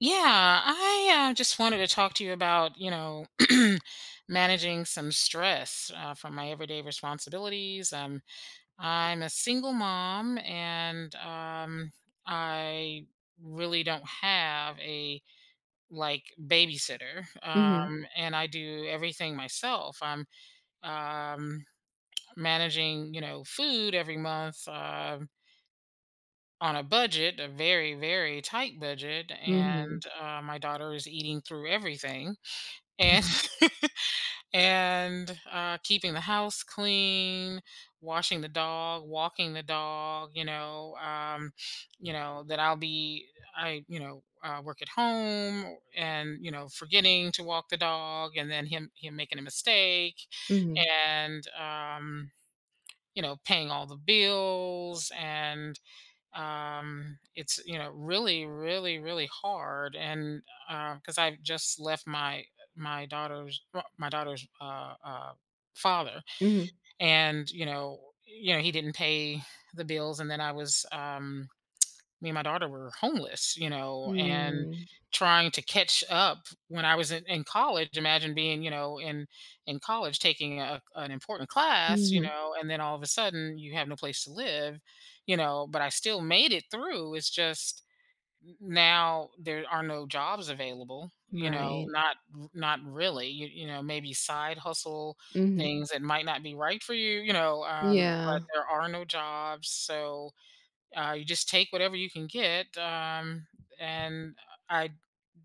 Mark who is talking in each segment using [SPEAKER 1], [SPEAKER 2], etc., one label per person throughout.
[SPEAKER 1] Yeah, I just wanted to talk to you about, you know, managing some stress from my everyday responsibilities. I'm a single mom, and I really don't have a like babysitter,
[SPEAKER 2] Mhm,
[SPEAKER 1] and I do everything myself. I'm um, managing, you know, food every month. On a budget, a very, very tight budget, and
[SPEAKER 2] mhm,
[SPEAKER 1] my daughter is eating through everything and and keeping the house clean, washing the dog, walking the dog. You know that I'll be I work at home and forgetting to walk the dog and then him making a mistake
[SPEAKER 2] mhm,
[SPEAKER 1] and you know paying all the bills, and it's really really really hard, and because I just left my daughter's, well, my daughter's father.
[SPEAKER 2] mhm,
[SPEAKER 1] And you know he didn't pay the bills, and then I was, me and my daughter were homeless, you know, and
[SPEAKER 2] mm,
[SPEAKER 1] trying to catch up when I was in college. Imagine being, you know, in college taking a, an important class, you
[SPEAKER 2] mhm,
[SPEAKER 1] know, and then all of a sudden you have no place to live, you know. But I still made it through. It's just now there are no jobs available, you know,
[SPEAKER 2] right,
[SPEAKER 1] not really, you know, maybe side hustle
[SPEAKER 2] mhm,
[SPEAKER 1] things that might not be right for you, you know, but
[SPEAKER 2] yeah,
[SPEAKER 1] there are no jobs. So you just take whatever you can get, and I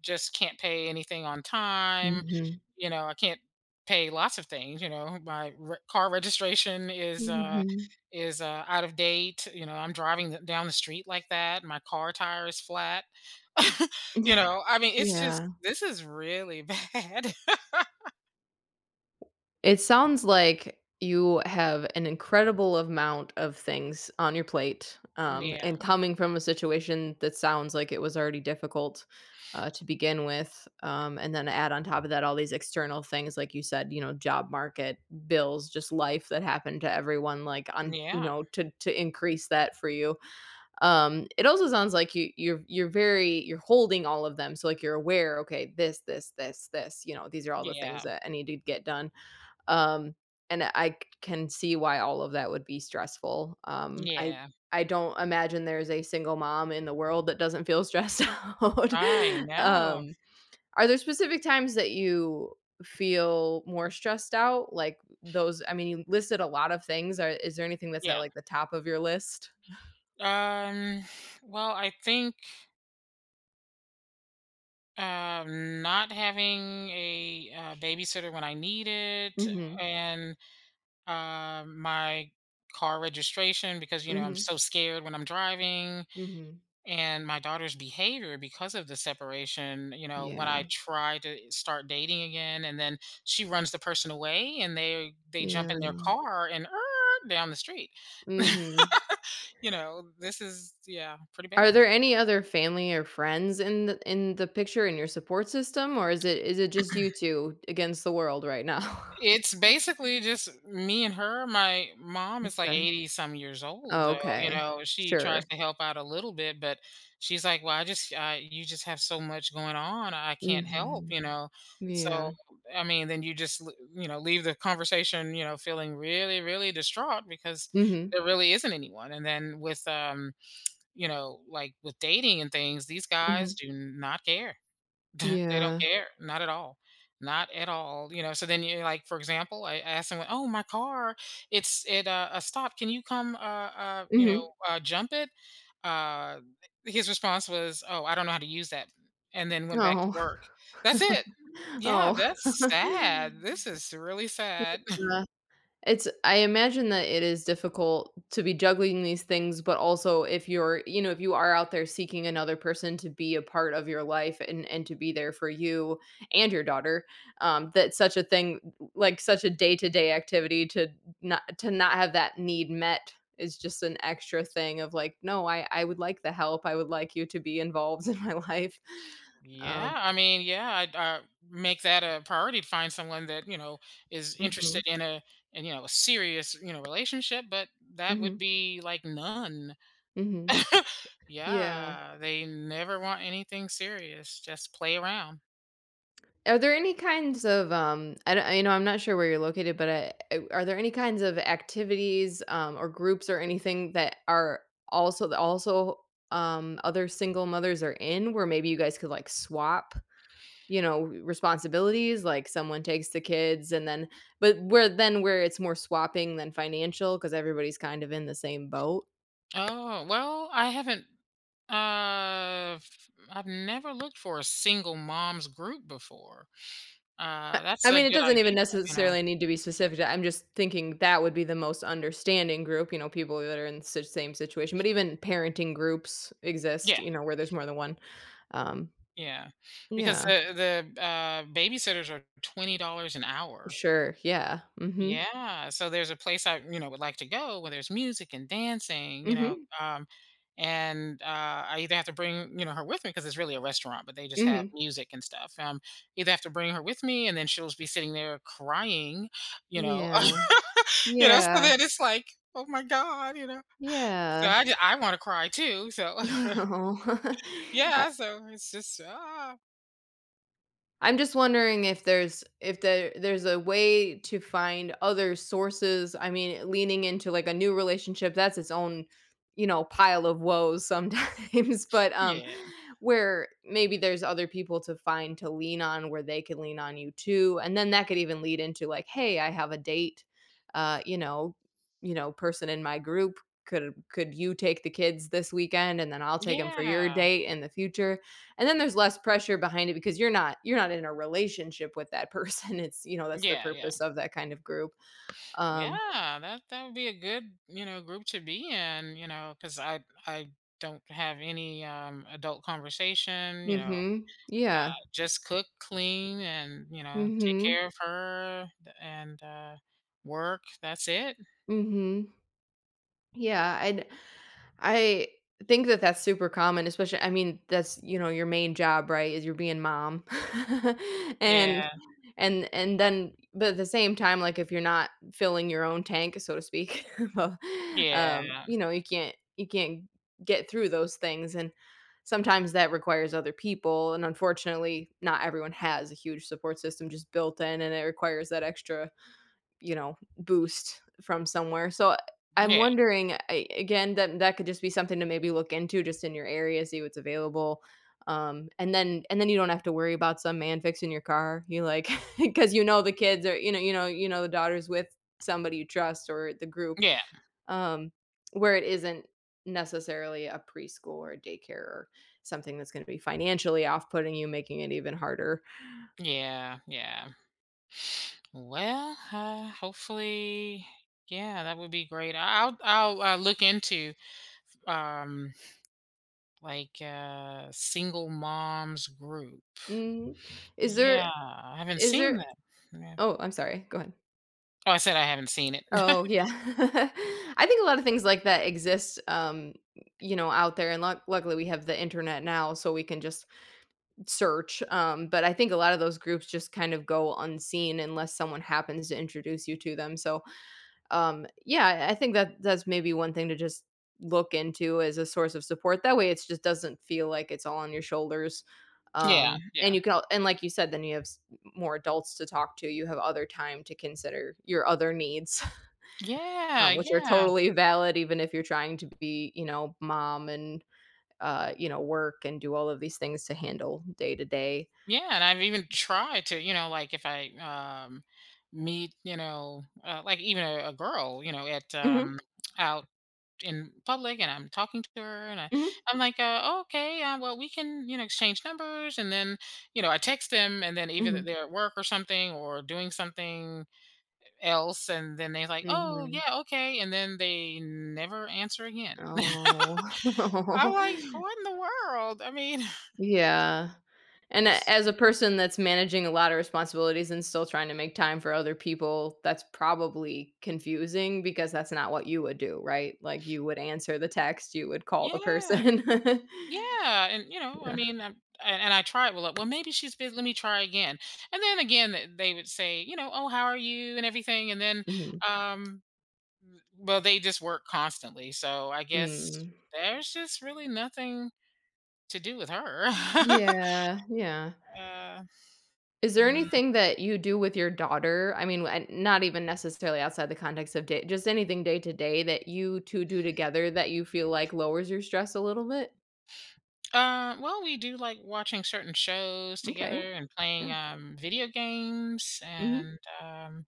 [SPEAKER 1] just can't pay anything on time.
[SPEAKER 2] mhm,
[SPEAKER 1] You know, I can't pay lots of things. You know, my car registration
[SPEAKER 2] mhm,
[SPEAKER 1] is out of date. You know, I'm driving down the street like that. My car tire is flat. You know, I mean, it's just
[SPEAKER 2] yeah.
[SPEAKER 1] this is really bad.
[SPEAKER 2] It sounds like you have an incredible amount of things on your plate,
[SPEAKER 1] Yeah,
[SPEAKER 2] and coming from a situation that sounds like it was already difficult, to begin with, and then add on top of that all these external things, like you said, you know, job market, bills, just life that happened to everyone, like on, you
[SPEAKER 1] yeah,
[SPEAKER 2] know, to increase that for you. It also sounds like you're very you're holding all of them. So like you're aware, okay, this, you know, these are all the things
[SPEAKER 1] yeah,
[SPEAKER 2] that I need to get done. Um, and I c- can see why all of that would be stressful.
[SPEAKER 1] yeah.
[SPEAKER 2] I don't imagine there's a single mom in the world that doesn't feel stressed out.
[SPEAKER 1] I know.
[SPEAKER 2] um, are there specific times that you feel more stressed out? Like those, I mean, you listed a lot of things. Is there anything that's at
[SPEAKER 1] Yeah.
[SPEAKER 2] like the top of your list?
[SPEAKER 1] Um, well, I think not having a babysitter when I need it,
[SPEAKER 2] Hmm.
[SPEAKER 1] and my car registration, because you know I'm
[SPEAKER 2] Hmm.
[SPEAKER 1] so scared when I'm driving,
[SPEAKER 2] Mhm.
[SPEAKER 1] and my daughter's behavior because of the separation. You know, when I
[SPEAKER 2] Yeah.
[SPEAKER 1] try to start dating again, and then she runs the person away, and they jump in their
[SPEAKER 2] Yeah.
[SPEAKER 1] car and down the street.
[SPEAKER 2] Mhm.
[SPEAKER 1] You know, this is, yeah, pretty bad.
[SPEAKER 2] Are there any other family or friends in the picture in your support system, or is it just you 2 against the world right now?
[SPEAKER 1] It's basically just me and her. My mom is like
[SPEAKER 2] Okay.
[SPEAKER 1] 80 some years old though, you
[SPEAKER 2] Okay.
[SPEAKER 1] know, she tries
[SPEAKER 2] Sure.
[SPEAKER 1] to help out a little bit, but she's like, "Well, I just you just have so much going on. I can't help,"
[SPEAKER 2] Mhm.
[SPEAKER 1] you know. So,
[SPEAKER 2] Yeah.
[SPEAKER 1] I mean, then you just you know, leave the conversation, you know, feeling really really distraught because
[SPEAKER 2] Mhm.
[SPEAKER 1] there really isn't anyone. And then with you know, like with dating and things, these guys
[SPEAKER 2] Mhm.
[SPEAKER 1] do not care. They don't
[SPEAKER 2] Yeah.
[SPEAKER 1] care. Not at all. Not at all, you know, so then you're like, for example, I asked someone, "Oh, my car, it's at a stop. Can you come, you know,
[SPEAKER 2] Mhm.
[SPEAKER 1] jump it?" Uh, his response was, "Oh, I don't know how to use that," and then went back to
[SPEAKER 2] Oh.
[SPEAKER 1] work. That's it. Yeah,
[SPEAKER 2] Oh.
[SPEAKER 1] that's sad. This is really sad.
[SPEAKER 2] Yeah. It's I imagine that it is difficult to be juggling these things, but also if you're, you know, if you are out there seeking another person to be a part of your life and to be there for you and your daughter, that such a thing, like such a day-to-day activity to not have that need met is just an extra thing of like, no, I would like the help. I would like you to be involved in my life.
[SPEAKER 1] Yeah,
[SPEAKER 2] Um,
[SPEAKER 1] I mean, yeah, I'd make that a priority to find someone that you know is interested
[SPEAKER 2] mhm,
[SPEAKER 1] in a and you know a serious you know relationship, but that would
[SPEAKER 2] mhm,
[SPEAKER 1] be like none.
[SPEAKER 2] mhm. Yeah.
[SPEAKER 1] Yeah, they never want anything serious. Just play around.
[SPEAKER 2] Are there any kinds of I don't, you know, I'm not sure where you're located, but are there any kinds of activities or groups or anything that are also that also other single mothers are in where maybe you guys could like swap, you know, responsibilities, like someone takes the kids and then, but where then where it's more swapping than financial because everybody's kind of in the same boat.
[SPEAKER 1] Oh, well, I haven't. I've never looked for a single mom's group before. That's
[SPEAKER 2] I
[SPEAKER 1] a
[SPEAKER 2] mean, it
[SPEAKER 1] good
[SPEAKER 2] doesn't even
[SPEAKER 1] idea. You know.
[SPEAKER 2] necessarily need to be specific. I'm just thinking that would be the most understanding group, you know, people that are in the same situation, but even parenting groups
[SPEAKER 1] Yeah.
[SPEAKER 2] exist, you know, where there's more than one. Um,
[SPEAKER 1] Yeah, because
[SPEAKER 2] yeah,
[SPEAKER 1] the babysitters are $20 an hour.
[SPEAKER 2] sure. Yeah. Mm-hmm.
[SPEAKER 1] Yeah, so there's a place I, you know, would like to go where there's music and dancing, you know,
[SPEAKER 2] Mm-hmm.
[SPEAKER 1] and, I either have to bring, you know, her with me because it's really a restaurant, but they just have
[SPEAKER 2] Mm-hmm.
[SPEAKER 1] music and stuff, either have to bring her with me and then she'll just be sitting there crying, you know,
[SPEAKER 2] Yeah.
[SPEAKER 1] you know, so
[SPEAKER 2] Yeah.
[SPEAKER 1] then it's like, "Oh my god," you know? So
[SPEAKER 2] Yeah.
[SPEAKER 1] I wanna cry too, so
[SPEAKER 2] Oh.
[SPEAKER 1] yeah, so it's just, ah.
[SPEAKER 2] I'm just wondering if there's if there there's a way to find other sources. I mean, leaning into like a new relationship, that's its own, you know, pile of woes sometimes. But
[SPEAKER 1] Yeah.
[SPEAKER 2] where maybe there's other people to find to lean on where they can lean on you too, and then that could even lead into like, "Hey, I have a date, uh, you know, you know, person in my group, could you take the kids this weekend and then I'll take them for
[SPEAKER 1] Yeah.
[SPEAKER 2] your date in the future?" And then there's less pressure behind it because you're not in a relationship with that person, it's you know, that's the
[SPEAKER 1] Yeah, yeah,
[SPEAKER 2] purpose of that kind of group. Um.
[SPEAKER 1] yeah. That that would be a good, you know, group to be in. You know, because I don't have any adult conversation. You know,
[SPEAKER 2] Mhm. Yeah.
[SPEAKER 1] just cook, clean, and you know take
[SPEAKER 2] Mhm.
[SPEAKER 1] care of her and work. That's it.
[SPEAKER 2] Mhm. Yeah, i I think that that's super common, especially I mean, that's, you know, your main job, right, is you're being mom.
[SPEAKER 1] Yeah,
[SPEAKER 2] And and and then but at the same time, like, if you're not filling your own tank, so to speak, well,
[SPEAKER 1] yeah,
[SPEAKER 2] you know, you can't get through those things, and sometimes that requires other people, and unfortunately, not everyone has a huge support system just built in, and it requires that extra you know, boost from somewhere. So I'm
[SPEAKER 1] yeah,
[SPEAKER 2] wondering, I again, that could just be something to maybe look into just in your area, see what's available. And then you don't have to worry about some man fixing your car. You like because you know the kids are, you know, you know, you know the daughter's with somebody you trust or the group.
[SPEAKER 1] yeah,
[SPEAKER 2] Um, where it isn't necessarily a preschool or a daycare or something that's going to be financially off-putting you, making it even harder.
[SPEAKER 1] yeah, yeah. Well, hopefully, yeah, that would be great. I'll look into um like, single moms group.
[SPEAKER 2] Mm, is there
[SPEAKER 1] Yeah, I haven't
[SPEAKER 2] is
[SPEAKER 1] seen
[SPEAKER 2] there
[SPEAKER 1] that. Yeah.
[SPEAKER 2] Oh, I'm sorry. Go ahead.
[SPEAKER 1] Oh, I said I haven't seen it.
[SPEAKER 2] Oh, yeah. I think a lot of things like that exist, you know, out there, and luckily we have the internet now, so we can just search, but I think a lot of those groups just kind of go unseen unless someone happens to introduce you to them, so, yeah, I think that that's maybe one thing to just look into as a source of support, that way it just doesn't feel like it's all on your shoulders,
[SPEAKER 1] Yeah, yeah.
[SPEAKER 2] and like you said, then you have s more adults to talk to, you have other time to consider your other needs
[SPEAKER 1] Yeah,
[SPEAKER 2] which are
[SPEAKER 1] yeah,
[SPEAKER 2] totally valid even if you're trying to be, you know, mom and, you know, work and do all of these things to handle day to day.
[SPEAKER 1] yeah, and I've even tried to, you know, like, if I, um, meet, you know, like, even a girl, you know, at,
[SPEAKER 2] Mhm,
[SPEAKER 1] out in public, and I'm talking to her, and I
[SPEAKER 2] mhm,
[SPEAKER 1] I'm like, oh, okay, well, we can, you know, exchange numbers," and then, you know, I text them, and then either
[SPEAKER 2] mhm,
[SPEAKER 1] they're at work or something or doing something else, and then they're like, "Oh,
[SPEAKER 2] mhm.
[SPEAKER 1] yeah, okay," and then they never answer again.
[SPEAKER 2] Oh.
[SPEAKER 1] I'm like, "What in the world?" I mean,
[SPEAKER 2] Yeah, and a
[SPEAKER 1] it's
[SPEAKER 2] as a person that's managing a lot of responsibilities and still trying to make time for other people, that's probably confusing because that's not what you would do, right? Like, you would answer the text, you would call the
[SPEAKER 1] yeah.
[SPEAKER 2] person.
[SPEAKER 1] Yeah, and, you know, I
[SPEAKER 2] Yeah,
[SPEAKER 1] mean, and I tried, well, like, "Well, maybe she's busy, let me try again." And then again, th they would say, you know, "Oh, how are you?" and everything, and then,
[SPEAKER 2] mhm.
[SPEAKER 1] um, well, they just work constantly, so I guess
[SPEAKER 2] Mm.
[SPEAKER 1] there's just really nothing to do with her.
[SPEAKER 2] Yeah, yeah.
[SPEAKER 1] Uh,
[SPEAKER 2] Is there
[SPEAKER 1] mm.
[SPEAKER 2] anything that you do with your daughter? I mean, and not even necessarily outside the context of day just anything day to day that you 2 do together that you feel like lowers your stress a little bit?
[SPEAKER 1] Well, we do like watching certain shows
[SPEAKER 2] Okay,
[SPEAKER 1] together and playing
[SPEAKER 2] yeah,
[SPEAKER 1] video games,
[SPEAKER 2] mhm.
[SPEAKER 1] and um,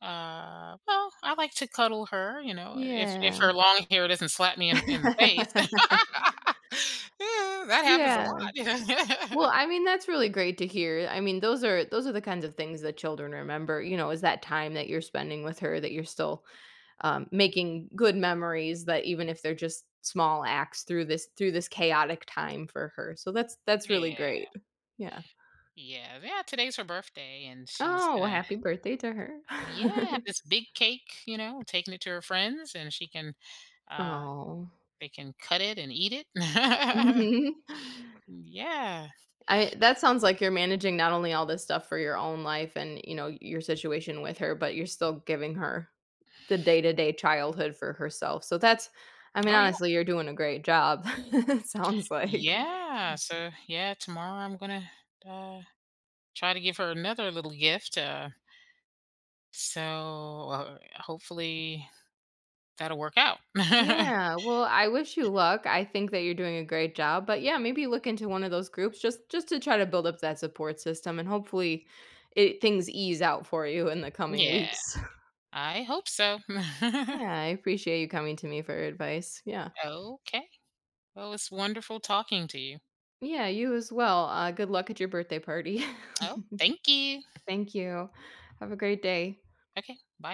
[SPEAKER 1] uh, well, I like to cuddle her. You know, if
[SPEAKER 2] Yeah.
[SPEAKER 1] her long hair doesn't slap me in the face, yeah, that happens a lot,
[SPEAKER 2] Yeah.
[SPEAKER 1] you know.
[SPEAKER 2] Well, I mean, that's really great to hear. I mean, those are the kinds of things that children remember, you know, is that time that you're spending with her that you're still making good memories that even if they're just small acts through this chaotic time for her. So that's really
[SPEAKER 1] Yeah,
[SPEAKER 2] great. Yeah.
[SPEAKER 1] yeah, yeah. Today's her birthday, and she's
[SPEAKER 2] Oh, well,
[SPEAKER 1] gonna
[SPEAKER 2] happy birthday to her.
[SPEAKER 1] yeah have this big cake. You know, taking it to her friends, and she can uh
[SPEAKER 2] Oh.
[SPEAKER 1] they can cut it and eat it.
[SPEAKER 2] Mhm.
[SPEAKER 1] Yeah.
[SPEAKER 2] I that sounds like you're managing not only all this stuff for your own life and, you know, your situation with her, but you're still giving her the day-to-day childhood for herself. So that's I mean,
[SPEAKER 1] Oh yeah.
[SPEAKER 2] honestly, you're doing a great job, it sounds like.
[SPEAKER 1] Yeah. So yeah, tomorrow I'm gonna uh, try to give her another little gift. So hopefully that'll work out.
[SPEAKER 2] Yeah, well, I wish you luck. I think that you're doing a great job, but yeah, maybe look into one of those groups just to try to build up that support system and hopefully it things ease out for you in the coming
[SPEAKER 1] Yeah,
[SPEAKER 2] weeks.
[SPEAKER 1] I hope so.
[SPEAKER 2] Yeah, I appreciate you coming to me for advice. Yeah.
[SPEAKER 1] Okay. Well, it's wonderful talking to you.
[SPEAKER 2] Yeah, you as well. Good luck at your birthday party.
[SPEAKER 1] Oh, thank you.
[SPEAKER 2] Thank you. Have a great day.
[SPEAKER 1] Okay. Bye.